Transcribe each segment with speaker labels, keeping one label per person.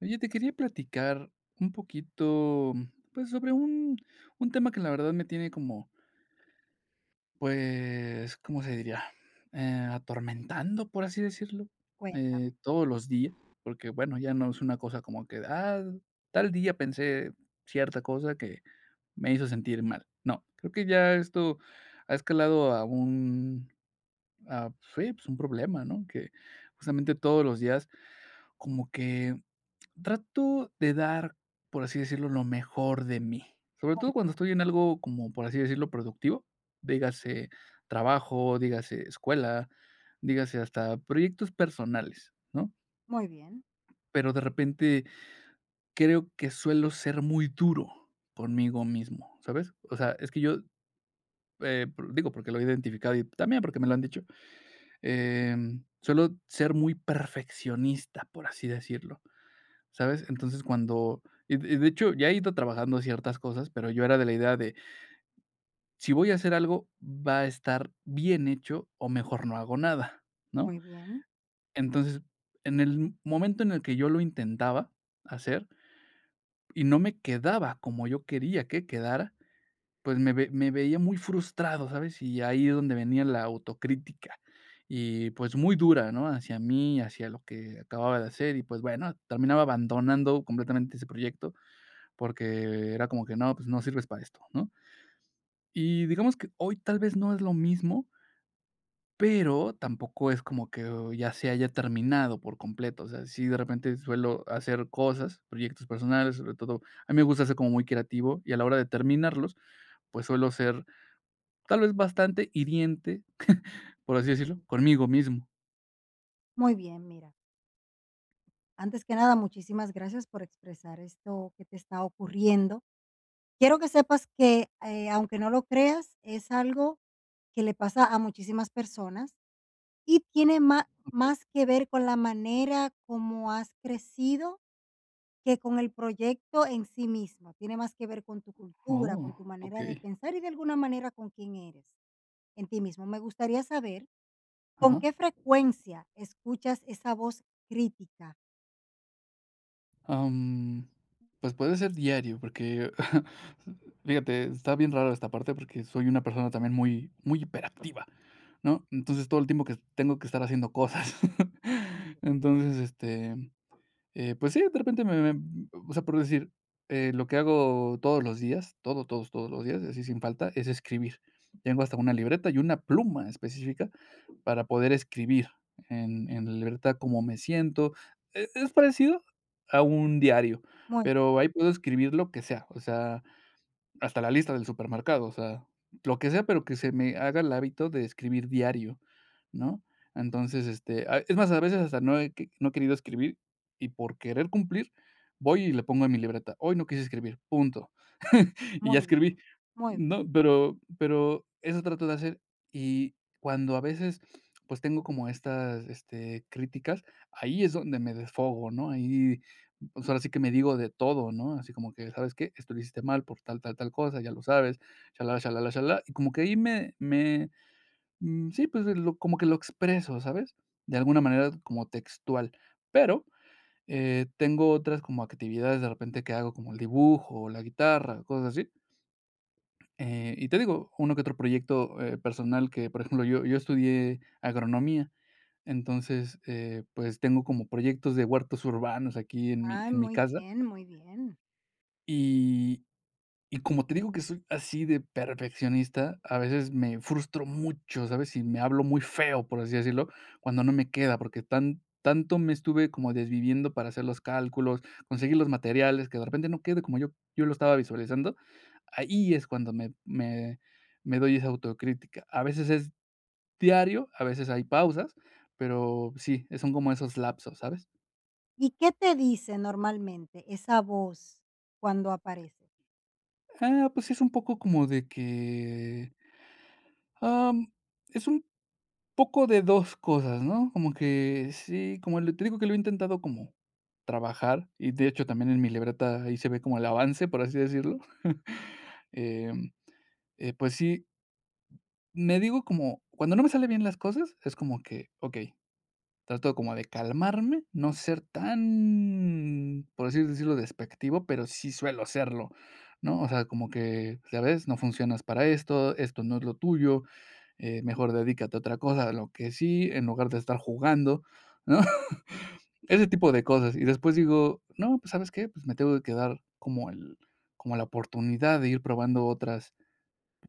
Speaker 1: Oye, te quería platicar un poquito, pues, sobre un tema que la verdad me tiene como, pues, ¿cómo se diría? Atormentando, por así decirlo,
Speaker 2: Cuéntame.
Speaker 1: todos los días, porque bueno, ya no es una cosa como que, ah, tal día pensé cierta cosa que me hizo sentir mal. No, creo que ya esto ha escalado a pues, sí, pues, un problema, ¿no? Que justamente todos los días como que trato de dar, por así decirlo, lo mejor de mí. Sobre
Speaker 2: Muy
Speaker 1: todo cuando
Speaker 2: bien,
Speaker 1: estoy en algo como, por así decirlo, productivo. Dígase trabajo, dígase escuela, dígase hasta proyectos personales, ¿no?
Speaker 2: muy bien,
Speaker 1: Pero de repente creo que suelo ser muy duro conmigo mismo, ¿sabes? O sea, es que yo, digo porque lo he identificado y también porque me lo han dicho, suelo ser muy perfeccionista, por así decirlo. ¿Sabes? Entonces, cuando y de hecho, ya he ido trabajando ciertas cosas, pero yo era de la idea de, si voy a hacer algo, va a estar bien hecho o mejor no hago nada, ¿no?
Speaker 2: muy bien,
Speaker 1: Entonces, en el momento en el que yo lo intentaba hacer y no me quedaba como yo quería que quedara, pues me veía muy frustrado, ¿sabes? Y ahí es donde venía la autocrítica y, pues, muy dura, ¿no? Hacia mí, hacia lo que acababa de hacer y, pues, bueno, terminaba abandonando completamente ese proyecto. Porque era como que no, pues no sirves para esto, ¿no? Y digamos que hoy tal vez no es lo mismo, pero tampoco es como que oh, ya se haya terminado por completo. O sea, sí, de repente suelo hacer cosas, proyectos personales, sobre todo. A mí me gusta ser como muy creativo y a la hora de terminarlos, pues suelo ser tal vez bastante hiriente, por así decirlo, conmigo mismo.
Speaker 2: muy bien. Mira, antes que nada, muchísimas gracias por expresar esto que te está ocurriendo. Quiero que sepas que, aunque no lo creas, es algo que le pasa a muchísimas personas y tiene más que ver con la manera como has crecido que con el proyecto en sí mismo. Tiene más que ver con tu cultura,
Speaker 1: Oh,
Speaker 2: con tu
Speaker 1: ok.
Speaker 2: manera de pensar y de alguna manera con quién eres en ti mismo. Me gustaría saber, ¿con
Speaker 1: Ajá.
Speaker 2: qué frecuencia escuchas esa voz crítica?
Speaker 1: Am, pues puede ser diario, porque fíjate, está bien raro esta parte porque soy una persona también muy, muy hiperactiva, ¿no? Entonces todo el tiempo que tengo que estar haciendo cosas. Entonces, pues sí, de repente me o sea, por decir, lo que hago todos los días, todos los días, así sin falta, es escribir. Tengo hasta una libreta y una pluma específica para poder escribir en la libreta cómo me siento. Es parecido a un diario,
Speaker 2: Muy,
Speaker 1: pero ahí puedo escribir lo que sea, o sea hasta la lista del supermercado, o sea, lo que sea, pero que se me haga el hábito de escribir diario, ¿no? Entonces, a es más, a veces hasta no he querido escribir, y por querer cumplir, voy y le pongo en mi libreta: "Hoy no quise escribir, punto". Y ya
Speaker 2: muy bien,
Speaker 1: escribí.
Speaker 2: muy bien.
Speaker 1: No, pero eso trato de hacer. Y cuando a veces, pues, tengo como críticas, ahí es donde me desfogo, ¿no? Ahí, pues, ahora sí que me digo de todo, ¿no? Así como que: "¿Sabes qué? Esto lo hiciste mal por tal, tal, tal cosa, ya lo sabes, shalala, shalala, shalala". Y como que ahí sí, pues, lo como que lo expreso, ¿sabes? De alguna manera como textual. Pero, tengo otras como actividades de repente que hago, como el dibujo, o la guitarra, cosas así, y te digo, uno que otro proyecto, personal que, por ejemplo, yo estudié agronomía, entonces, pues, tengo como proyectos de huertos urbanos aquí en mi
Speaker 2: Ah,
Speaker 1: en mi
Speaker 2: muy
Speaker 1: casa,
Speaker 2: bien, muy bien.
Speaker 1: y como te digo que soy así de perfeccionista, a veces me frustro mucho, ¿sabes? Y me hablo muy feo, por así decirlo, cuando no me queda, porque tanto me estuve como desviviendo para hacer los cálculos, conseguir los materiales, que de repente no quede como yo lo estaba visualizando. Ahí es cuando me doy esa autocrítica. A veces es diario, a veces hay pausas, pero sí, son como esos lapsos, ¿sabes?
Speaker 2: ¿Y qué te dice normalmente esa voz cuando aparece?
Speaker 1: Ah, pues sí es un poco como de que, am, es un poco de 2 cosas, ¿no? Como que sí, como le te digo que lo he intentado como trabajar, y de hecho también en mi libreta ahí se ve como el avance, por así decirlo. Em, pues sí, me digo como cuando no me sale bien las cosas, es como que, okey. Trato como de calmarme, no ser tan, por así decirlo, despectivo, pero sí suelo serlo, ¿no? O sea, como que, ya ves, no funcionas para esto, esto no es lo tuyo, mejor dedícate a otra cosa, a lo que sí, en lugar de estar jugando, ¿no? Ese tipo de cosas. Y después digo, no, pues ¿sabes qué? Pues me tengo que dar como el, como la oportunidad de ir probando otras,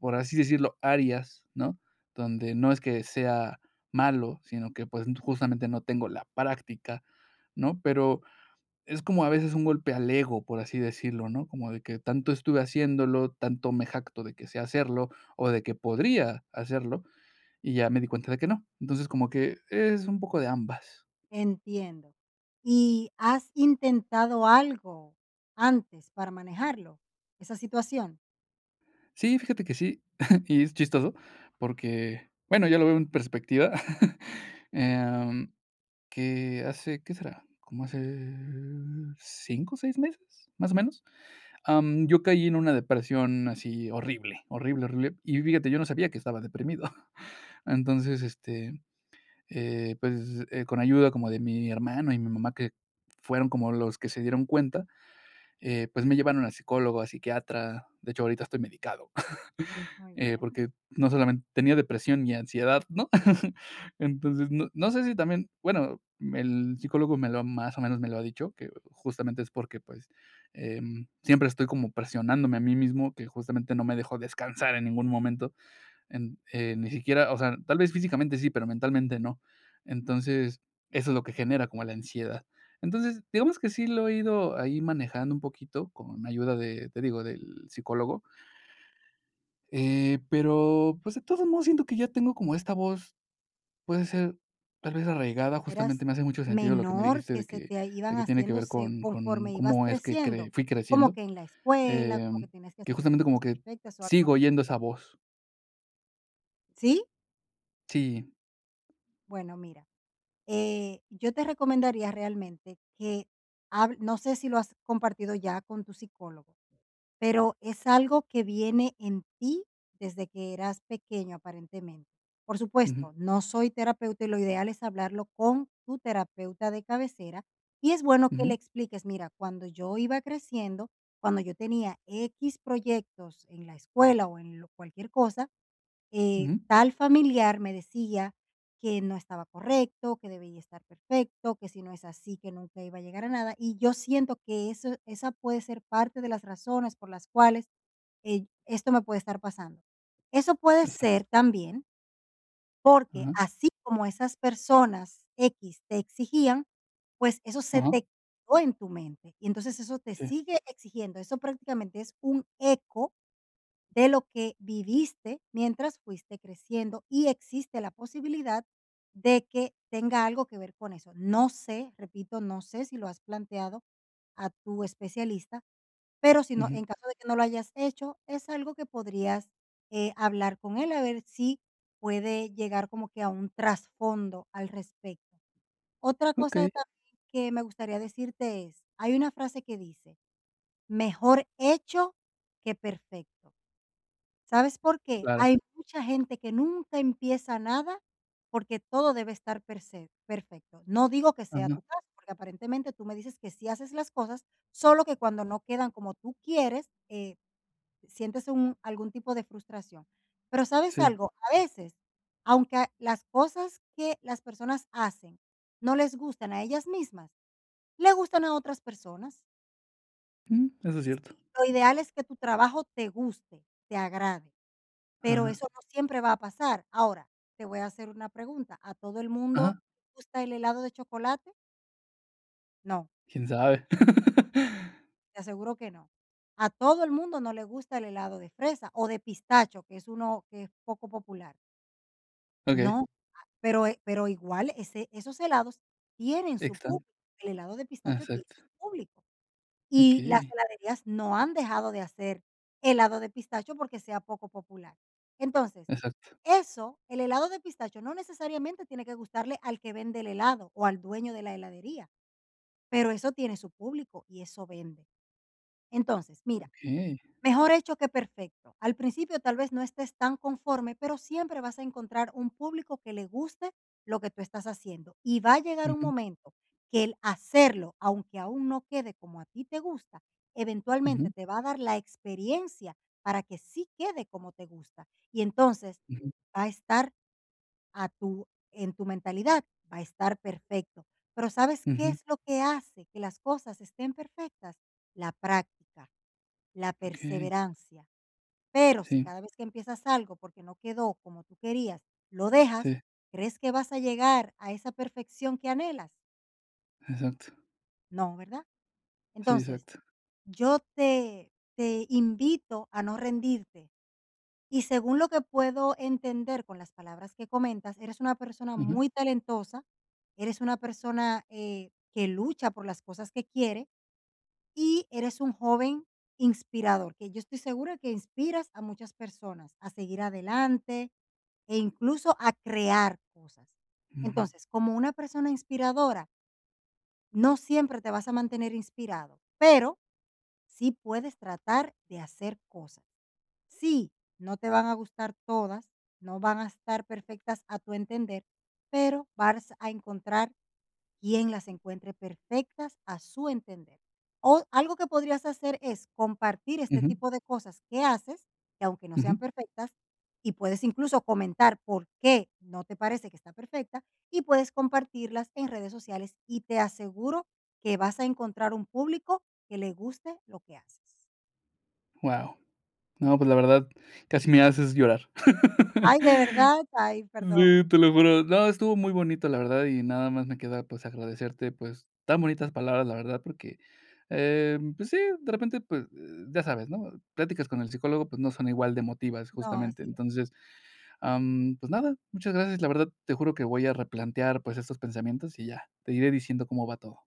Speaker 1: por así decirlo, áreas, ¿no? Donde no es que sea malo, sino que, pues, justamente no tengo la práctica, ¿no? Pero es como a veces un golpe al ego, por así decirlo, ¿no? Como de que tanto estuve haciéndolo, tanto me jacto de que sé hacerlo o de que podría hacerlo, y ya me di cuenta de que no. Entonces, como que es un poco de ambas.
Speaker 2: Entiendo. ¿Y has intentado algo antes para manejarlo, esa situación?
Speaker 1: Sí, fíjate que sí, y es chistoso porque, bueno, ya lo veo en perspectiva, em, que hace, ¿qué será? Como hace 5 o 6 meses, más o menos, yo caí en una depresión así horrible, horrible, horrible. Y fíjate, yo no sabía que estaba deprimido. Entonces, con ayuda como de mi hermano y mi mamá, que fueron como los que se dieron cuenta, pues me llevaron a psicólogo, a psiquiatra. De hecho, ahorita estoy medicado.
Speaker 2: Muy bien.
Speaker 1: Porque no solamente tenía depresión y ansiedad, ¿no? Entonces, no sé si también, bueno, el psicólogo me lo más o menos me lo ha dicho, que justamente es porque, pues, siempre estoy como presionándome a mí mismo, que justamente no me dejo descansar en ningún momento, ni siquiera, o sea, tal vez físicamente sí, pero mentalmente no. Entonces, eso es lo que genera como la ansiedad. Entonces, digamos que sí lo he ido ahí manejando un poquito con ayuda de, te digo, del psicólogo. Pero, pues, de todos modos, siento que ya tengo como esta voz, puede ser tal vez arraigada, justamente
Speaker 2: Eras
Speaker 1: me hace mucho sentido lo que me
Speaker 2: menor
Speaker 1: dijiste
Speaker 2: que
Speaker 1: de
Speaker 2: se
Speaker 1: que
Speaker 2: te iban
Speaker 1: tiene que ver
Speaker 2: haciéndose
Speaker 1: con
Speaker 2: conforme ibas
Speaker 1: cómo es que cre
Speaker 2: creciendo,
Speaker 1: fui
Speaker 2: como
Speaker 1: creciendo,
Speaker 2: que en la escuela, como que
Speaker 1: em,
Speaker 2: tienes que
Speaker 1: que
Speaker 2: hacer las
Speaker 1: justamente como
Speaker 2: cosas
Speaker 1: que
Speaker 2: perfectas o algo.
Speaker 1: sigo oyendo esa voz.
Speaker 2: ¿Sí?
Speaker 1: Sí,
Speaker 2: Bueno, mira, yo te recomendaría realmente que, no sé si lo has compartido ya con tu psicólogo, pero es algo que viene en ti desde que eras pequeño, aparentemente. Por
Speaker 1: ujú,
Speaker 2: supuesto, no soy terapeuta y lo ideal es hablarlo con tu terapeuta de cabecera. Y es bueno que
Speaker 1: ujú,
Speaker 2: le expliques, mira, cuando yo iba creciendo, cuando yo tenía X proyectos en la escuela o en cualquier cosa,
Speaker 1: ujú,
Speaker 2: tal familiar me decía que no estaba correcto, que debía estar perfecto, que si no es así, que nunca iba a llegar a nada. Y yo siento que eso, esa puede ser parte de las razones por las cuales esto me puede estar pasando. Eso puede
Speaker 1: exacto.
Speaker 2: ser también porque
Speaker 1: Ajá,
Speaker 2: así como esas personas X te exigían, pues eso se
Speaker 1: ajá,
Speaker 2: te quedó en tu mente y entonces eso te
Speaker 1: sí,
Speaker 2: sigue exigiendo. Eso prácticamente es un eco de lo que viviste mientras fuiste creciendo y existe la posibilidad de que tenga algo que ver con eso. No sé, repito, no sé si lo has planteado a tu especialista, pero si no,
Speaker 1: ujú.
Speaker 2: en caso de que no lo hayas hecho, es algo que podrías hablar con él a ver si puede llegar como que a un trasfondo al respecto. Otra cosa
Speaker 1: Okey,
Speaker 2: también que me gustaría decirte es, hay una frase que dice, mejor hecho que perfecto. ¿Sabes por qué?
Speaker 1: claro,
Speaker 2: Hay mucha gente que nunca empieza nada porque todo debe estar perse perfecto. No digo que sea
Speaker 1: ajá,
Speaker 2: tu caso, porque aparentemente tú me dices que sí haces las cosas, solo que cuando no quedan como tú quieres, sientes un algún tipo de frustración. Pero, ¿sabes
Speaker 1: sí,
Speaker 2: algo? A veces, aunque a las cosas que las personas hacen no les gustan a ellas mismas, le gustan a otras personas.
Speaker 1: mm, eso
Speaker 2: Y
Speaker 1: es cierto.
Speaker 2: sí, lo ideal es que tu trabajo te guste, te agrade. Pero
Speaker 1: Ajá,
Speaker 2: eso no siempre va a pasar. Ahora, te voy a hacer una pregunta, ¿a todo el mundo
Speaker 1: ajá,
Speaker 2: le gusta el helado de chocolate? No,
Speaker 1: quién sabe.
Speaker 2: te aseguro que no. A todo el mundo no le gusta el helado de fresa o de pistacho, que es uno que es poco popular.
Speaker 1: Okey,
Speaker 2: No, pero igual ese esos helados tienen su
Speaker 1: están
Speaker 2: público, el helado de pistacho tiene
Speaker 1: exacto,
Speaker 2: su público. Y las
Speaker 1: okey,
Speaker 2: heladerías no han dejado de hacer helado de pistacho porque sea poco popular. Entonces,
Speaker 1: exacto.
Speaker 2: eso, el helado de pistacho no necesariamente tiene que gustarle al que vende el helado o al dueño de la heladería, pero eso tiene su público y eso vende. Entonces, mira,
Speaker 1: Okay,
Speaker 2: mejor hecho que perfecto. Al principio tal vez no estés tan conforme, pero siempre vas a encontrar un público que le guste lo que tú estás haciendo. Y va a llegar un
Speaker 1: ujú,
Speaker 2: momento que el hacerlo, aunque aún no quede como a ti te gusta,
Speaker 1: ujú,
Speaker 2: eventualmente te va a dar la experiencia para que sí quede como te gusta. Y entonces
Speaker 1: ujú,
Speaker 2: va a estar en tu mentalidad, va a estar perfecto. Pero ¿sabes qué
Speaker 1: ujú.
Speaker 2: es lo que hace que las cosas estén perfectas? La práctica, la
Speaker 1: Okey.
Speaker 2: perseverancia, pero si
Speaker 1: Sí,
Speaker 2: cada vez que empiezas algo, porque no quedó como tú querías, lo dejas,
Speaker 1: sí,
Speaker 2: ¿crees que vas a llegar a esa perfección que anhelas?
Speaker 1: exacto.
Speaker 2: No, ¿verdad?
Speaker 1: Sí,
Speaker 2: Entonces,
Speaker 1: exacto.
Speaker 2: yo te te invito a no rendirte. Y según lo que puedo entender con las palabras que comentas, eres una persona
Speaker 1: Ajá.
Speaker 2: muy talentosa, eres una persona, que lucha por las cosas que quiere y eres un joven inspirador, que yo estoy segura que inspiras a muchas personas a seguir adelante, e incluso a crear cosas.
Speaker 1: Ujú,
Speaker 2: Entonces, como una persona inspiradora, no siempre te vas a mantener inspirado, pero sí puedes tratar de hacer cosas. Sí, no te van a gustar todas, no van a estar perfectas a tu entender, pero vas a encontrar quien las encuentre perfectas a su entender. O algo que podrías hacer es compartir este
Speaker 1: ujú,
Speaker 2: tipo de cosas que haces, que aunque no sean
Speaker 1: ujú.
Speaker 2: perfectas, y puedes incluso comentar por qué no te parece que está perfecta, y puedes compartirlas en redes sociales y te aseguro que vas a encontrar un público que le guste lo que haces.
Speaker 1: Guau. No, pues, la verdad, casi me haces llorar.
Speaker 2: Ay, de verdad, ay, perdón.
Speaker 1: Sí, te lo juro. No, estuvo muy bonito, la verdad, y nada más me queda, pues, agradecerte, pues, tan bonitas palabras, la verdad, porque, pues sí, de repente, pues, ya sabes, ¿no? Pláticas con el psicólogo, pues, no son igual de emotivas,
Speaker 2: No,
Speaker 1: justamente.
Speaker 2: así
Speaker 1: Entonces pues nada, muchas gracias. La verdad, te juro que voy a replantear, pues, estos pensamientos y ya, te iré diciendo cómo va todo.